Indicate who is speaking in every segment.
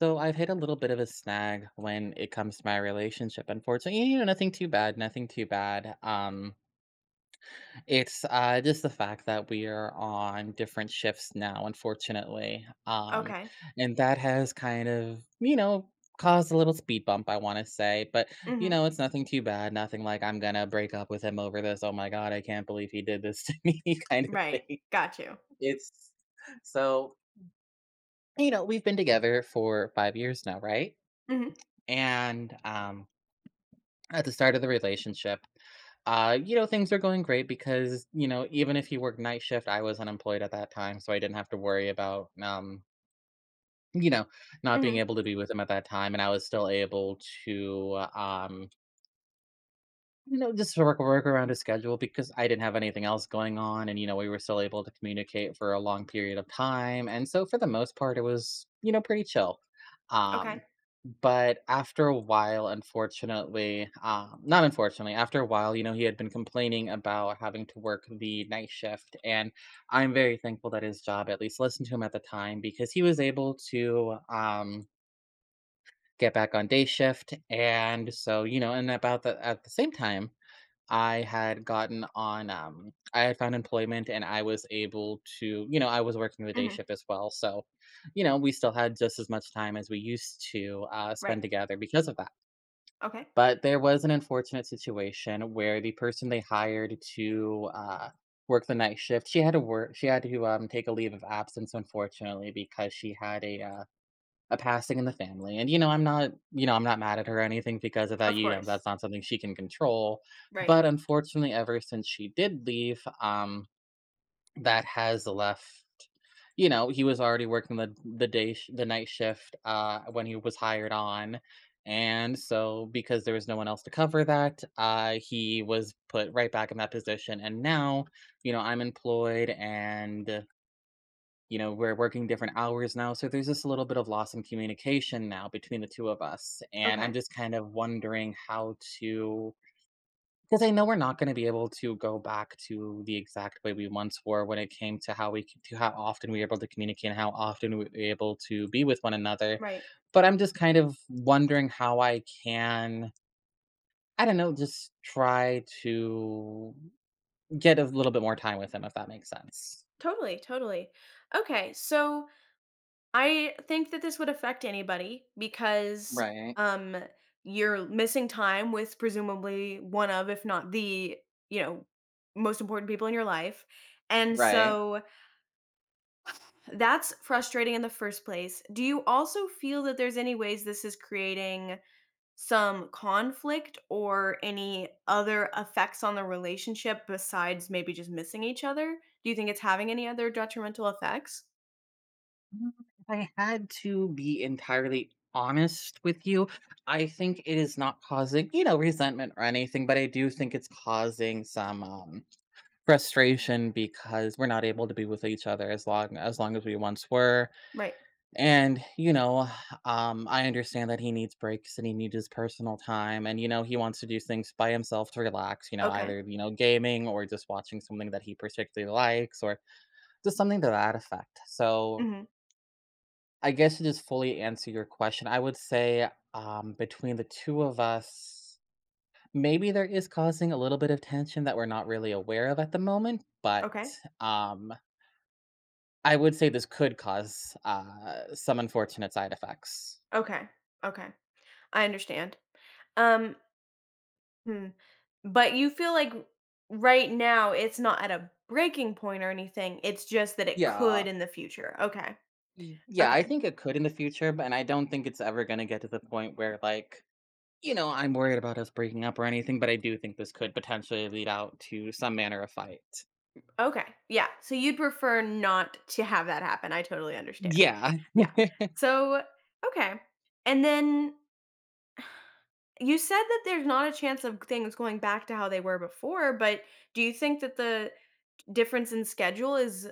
Speaker 1: So I've hit a little bit of a snag when it comes to my relationship, unfortunately. You know, nothing too bad, nothing too bad. It's just the fact that we are on different shifts now, unfortunately. Um,
Speaker 2: Okay.
Speaker 1: and that has kind of, you know, caused a little speed bump, I want to say. But you
Speaker 2: Mhm.
Speaker 1: know, it's nothing too bad, nothing like I'm gonna break up with him over this. Oh my god, I can't believe he did this to me, kind of
Speaker 2: Right.
Speaker 1: thing.
Speaker 2: Got you.
Speaker 1: It's so You know, we've been together for 5 years now, right?
Speaker 2: Mhm.
Speaker 1: And at the start of the relationship, you know, things are going great because, you know, even if he worked night shift, I was unemployed at that time. So I didn't have to worry about, you know, not being
Speaker 2: Mhm.
Speaker 1: able to be with him at that time. And I was still able to, you know, just work around his schedule because I didn't have anything else going on, and you know, we were still able to communicate for a long period of time, and so for the most part, it was you know pretty chill.
Speaker 2: Okay.
Speaker 1: Um, but after a while, not unfortunately, after a while, you know, he had been complaining about having to work the night shift, and I'm very thankful that his job at least listened to him at the time because he was able to get back on day shift, and so you know, and about the at the same time I had found employment and I was able to, you know, I was working the day
Speaker 2: Mhm.
Speaker 1: shift as well. So, you know, we still had just as much time as we used to
Speaker 2: Right.
Speaker 1: spend together because of that.
Speaker 2: Okay.
Speaker 1: But there was an unfortunate situation where the person they hired to work the night shift, she had to take a leave of absence, unfortunately, because she had a passing in the family. And, you know, I'm not, you know, I'm not mad at her or anything because of that.
Speaker 2: Of
Speaker 1: You know,
Speaker 2: course.
Speaker 1: that's not something she can control.
Speaker 2: Right.
Speaker 1: But unfortunately, ever since she did leave, that has left. You know, he was already working the night shift when he was hired on, and so because there was no one else to cover that, he was put right back in that position. And now, you know, I'm employed and you know, we're working different hours now. So there's just a little bit of loss in communication now between the two of us. And I'm
Speaker 2: Okay.
Speaker 1: just kind of wondering how to, because I know we're not going to be able to go back to the exact way we once were when it came to how often we were able to communicate and how often we were able to be with one another.
Speaker 2: Right.
Speaker 1: But I'm just kind of wondering how I can, I don't know, just try to get a little bit more time with him, if that makes sense.
Speaker 2: Totally, totally. Okay, so I think that this would affect anybody because
Speaker 1: Right.
Speaker 2: um you're missing time with presumably one of if not the, you know, most important people in your life. And
Speaker 1: Right.
Speaker 2: so that's frustrating in the first place. Do you also feel that there's any ways this is creating some conflict or any other effects on the relationship besides maybe just missing each other? Do you think it's having any other detrimental effects?
Speaker 1: Mm, If I had to be entirely honest with you, I think it is not causing, you know, resentment or anything, but I do think it's causing some frustration because we're not able to be with each other as long as we once were.
Speaker 2: Right.
Speaker 1: And you know, I understand that he needs breaks and he needs his personal time, and you know, he wants to do things by himself to relax. You know,
Speaker 2: Okay.
Speaker 1: either you know, gaming or just watching something that he particularly likes, or just something to that effect. So
Speaker 2: Mhm.
Speaker 1: I guess to just fully answer your question, I would say, between the 2 of us, maybe there is causing a little bit of tension that we're not really aware of at the moment, but,
Speaker 2: Okay.
Speaker 1: um, I would say this could cause, some unfortunate side effects.
Speaker 2: Okay. Okay. I understand. Um, hmm. But you feel like right now it's not at a breaking point or anything. It's just that it could
Speaker 1: Yeah.
Speaker 2: in the future. Okay.
Speaker 1: Y yeah, I
Speaker 2: Okay.
Speaker 1: think it could in the future, but and I don't think it's ever gonna get to the point where, like, you know, I'm worried about us breaking up or anything, but I do think this could potentially lead out to some manner of fight.
Speaker 2: Okay. Yeah. So you'd prefer not to have that happen. I totally understand.
Speaker 1: Yeah.
Speaker 2: Yeah. So, okay. And then you said that there's not a chance of things going back to how they were before, but do you think that the difference in schedule is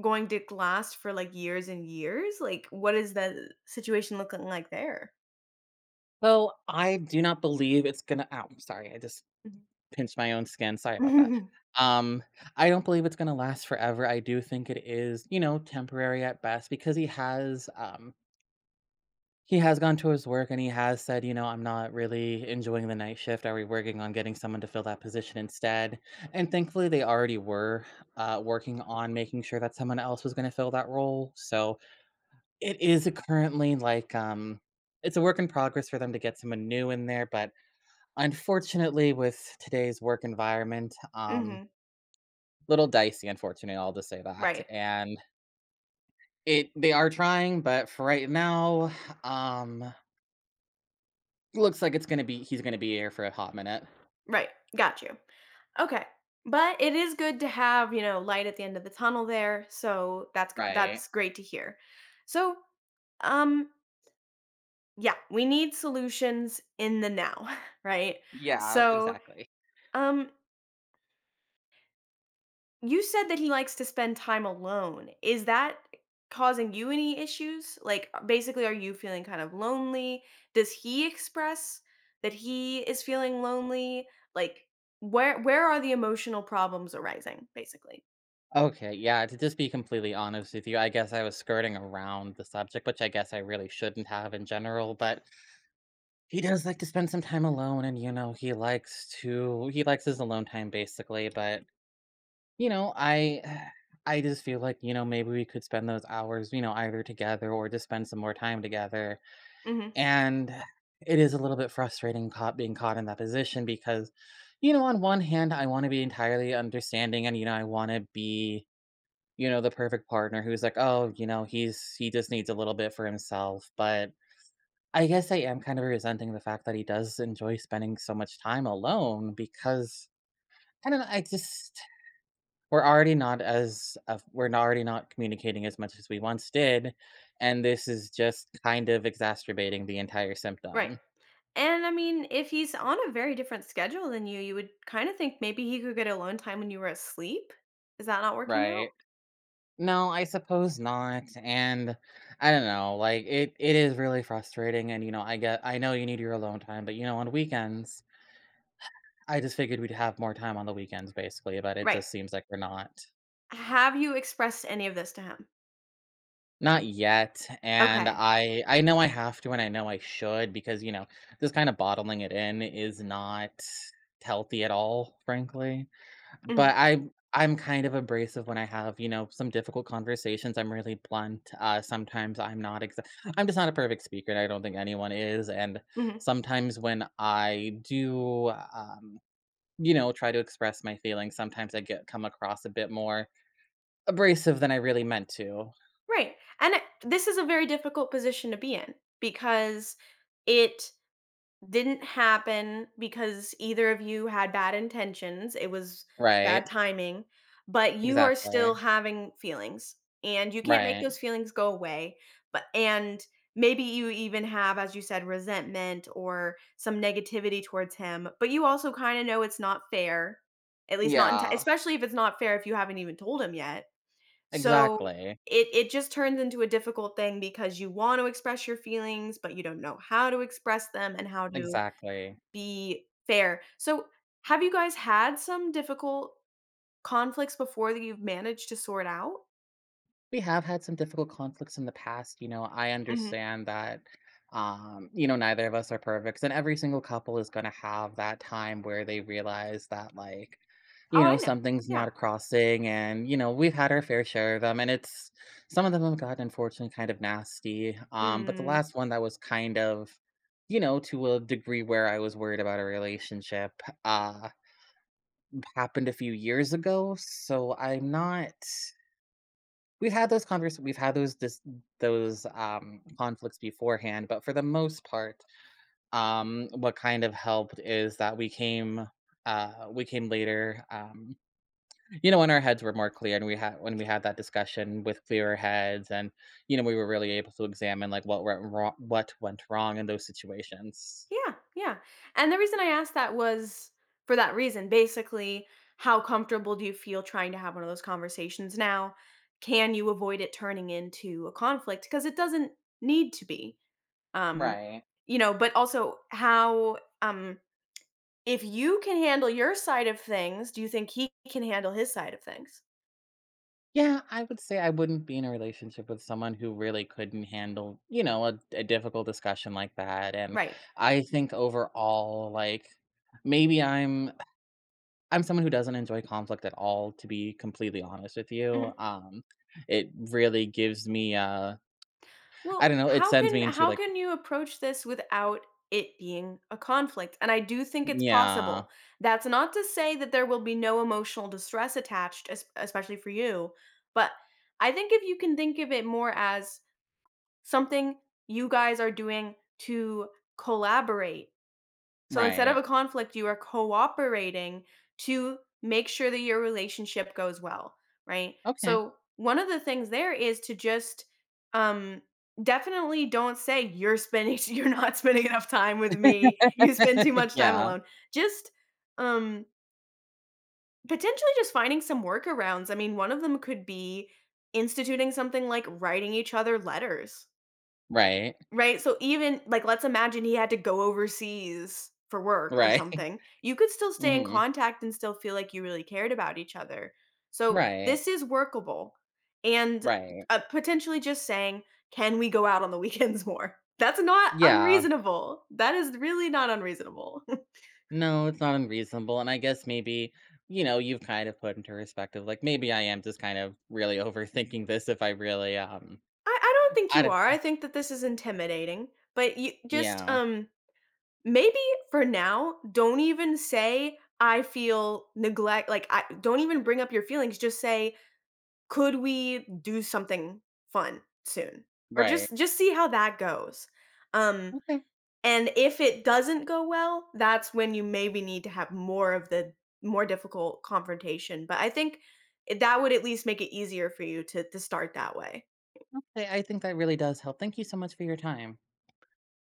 Speaker 2: going to last for like years and years? Like, what is the situation looking like there?
Speaker 1: So, I do not believe it's gonna ow, sorry, I just pinched my own skin, sorry about that.
Speaker 2: Mhm.
Speaker 1: Um, I don't believe it's gonna last forever, I do think it is, you know, temporary at best because he has gone to his work and he has said, you know, "I'm not really enjoying the night shift, are we working on getting someone to fill that position instead?" And thankfully, they already were, working on making sure that someone else was gonna fill that role, so it is currently like it's a work in progress for them to get someone new in there, but unfortunately, with today's work environment,
Speaker 2: Mhm.
Speaker 1: little dicey, unfortunately, I'll just say that.
Speaker 2: Right.
Speaker 1: And it they are trying, but for right now, um, looks like it's gonna be he's gonna be here for a hot minute.
Speaker 2: Right. Got you. Okay. But it is good to have, you know, light at the end of the tunnel there. So that's
Speaker 1: Right.
Speaker 2: that's great to hear. So, um yeah, we need solutions in the now, right?
Speaker 1: Yeah,
Speaker 2: So,
Speaker 1: exactly.
Speaker 2: um you said that he likes to spend time alone. Is that causing you any issues? Like basically are you feeling kind of lonely? Does he express that he is feeling lonely? Like where are the emotional problems arising basically?
Speaker 1: Okay, yeah, to just be completely honest with you, I guess I was skirting around the subject, which I guess I really shouldn't have in general, but he does like to spend some time alone and you know, he likes his alone time basically, but you know, I just feel like, you know, maybe we could spend those hours, you know, either together or just spend some more time together.
Speaker 2: Mhm.
Speaker 1: And it is a little bit frustrating caught being caught in that position because, you know, on one hand, I want to be entirely understanding and, you know, I want to be, you know, the perfect partner who's like, oh, you know, he just needs a little bit for himself. But I guess I am kind of resenting the fact that he does enjoy spending so much time alone because I don't know, I just we're not- already not communicating as much as we once did, and this is just kind of exacerbating the entire
Speaker 2: Right.
Speaker 1: symptom.
Speaker 2: And I mean, if he's on a very different schedule than you, you would kind of think maybe he could get alone time when you were asleep. Is that not working out?
Speaker 1: Right. No, I suppose not, and I don't know, like, it is really frustrating, and, you know, I know you need your alone time, but, you know, on weekends I just figured we'd have more time on the weekends, basically, but it
Speaker 2: Right.
Speaker 1: just seems like we're not.
Speaker 2: Have you expressed any of this to him?
Speaker 1: Not yet, and
Speaker 2: Okay.
Speaker 1: I know I have to and I know I should because, you know, this kinda bottling it in is not healthy at all, frankly.
Speaker 2: Mhm.
Speaker 1: But I'm kind of abrasive when I have, you know, some difficult conversations. I'm really blunt. Sometimes I'm not exa I'm just not a perfect speaker, and I don't think anyone is, and
Speaker 2: Mhm.
Speaker 1: sometimes when I do, you know, try to express my feelings, sometimes I get come across a bit more abrasive than I really meant to.
Speaker 2: Right. And this is a very difficult position to be in because it didn't happen because either of you had bad intentions. It was bad
Speaker 1: Right.
Speaker 2: timing, but you are still
Speaker 1: Exactly.
Speaker 2: having feelings, and you can't make
Speaker 1: Right.
Speaker 2: those feelings go away, but and maybe you even have, as you said, resentment or some negativity towards him, but you also kinda know it's not fair, at least not enti
Speaker 1: Yeah.
Speaker 2: especially if it's not fair if you haven't even told him yet. So,
Speaker 1: Exactly.
Speaker 2: it just turns into a difficult thing because you want to express your feelings, but you don't know how to express them and how to
Speaker 1: Exactly.
Speaker 2: be fair. So, have you guys had some difficult conflicts before that you've managed to sort out?
Speaker 1: We have had some difficult conflicts in the past, you know, I
Speaker 2: Mhm.
Speaker 1: understand that, you know, neither of us are perfect, and every single couple is gonna have that time where they realize that, like, you
Speaker 2: Oh, I
Speaker 1: know,
Speaker 2: know.
Speaker 1: something's
Speaker 2: Yeah.
Speaker 1: not crossing, and, you know, we've had our fair share of them, and it's some of them have gotten, unfortunately, kind of nasty, but the
Speaker 2: Mm.
Speaker 1: last one that was kind of, you know, to a degree where I was worried about a relationship, uh happened a few years ago, so I'm not we've had those dis those, conflicts beforehand, but for the most part, what kind of helped is that we came later, you know, when our heads were more clear and we had when we had that discussion with clearer heads and, you know, we were really able to examine, like, what went wrong in those situations.
Speaker 2: Yeah, yeah. And the reason I asked that was for that reason. Basically, how comfortable do you feel trying to have one of those conversations now? Can you avoid it turning into a conflict? Because it doesn't need to be. Um,
Speaker 1: Right.
Speaker 2: you know, but also how if you can handle your side of things, do you think he can handle his side of things?
Speaker 1: Yeah, I would say I wouldn't be in a relationship with someone who really couldn't handle, you know, a difficult discussion like that. And
Speaker 2: Right.
Speaker 1: I think overall, like maybe I'm someone who doesn't enjoy conflict at all, to be completely honest with
Speaker 2: Mhm.
Speaker 1: you. It really gives me I
Speaker 2: Well,
Speaker 1: don't know, it
Speaker 2: how
Speaker 1: sends
Speaker 2: can
Speaker 1: me into
Speaker 2: how
Speaker 1: like
Speaker 2: can you approach this without it being a conflict? And I do think it's
Speaker 1: yeah,
Speaker 2: possible. That's not to say that there will be no emotional distress attached, es especially for you, but I think if you can think of it more as something you guys are doing to collaborate. So instead of
Speaker 1: right.
Speaker 2: a conflict, you are cooperating to make sure that your relationship goes well, right?
Speaker 1: Okay.
Speaker 2: So one of the things there is to just um definitely don't say you're spending you're not spending enough time with me. You spend too much time
Speaker 1: Yeah.
Speaker 2: alone. Just um potentially just finding some workarounds. I mean, one of them could be instituting something like writing each other letters.
Speaker 1: Right.
Speaker 2: Right, so even like, let's imagine he had to go overseas for work or
Speaker 1: Right.
Speaker 2: something. You could still stay in
Speaker 1: Hmm.
Speaker 2: contact and still feel like you really cared about each other. So,
Speaker 1: Right.
Speaker 2: this is workable, and,
Speaker 1: Right.
Speaker 2: potentially just saying, "Can we go out on the weekends more?" That's not
Speaker 1: Yeah.
Speaker 2: unreasonable. That is really not unreasonable. I
Speaker 1: No, it's not unreasonable, and I guess maybe, you know, you've kind of put into perspective, like, maybe I am just kind of really overthinking this if I really,
Speaker 2: I don't think
Speaker 1: I
Speaker 2: you
Speaker 1: don't
Speaker 2: are, I think that this is intimidating, but you just,
Speaker 1: yeah,
Speaker 2: maybe for now, don't even say, "I feel neglect," like, I don't even bring up your feelings, just say, "Could we do something fun soon?" Or
Speaker 1: right.
Speaker 2: just see how that goes. Um,
Speaker 1: Okay,
Speaker 2: and if it doesn't go well, that's when you maybe need to have more of the more difficult confrontation, but I think that would at least make it easier for you to start that way.
Speaker 1: okay, I think that really does help. Thank you so much for your time.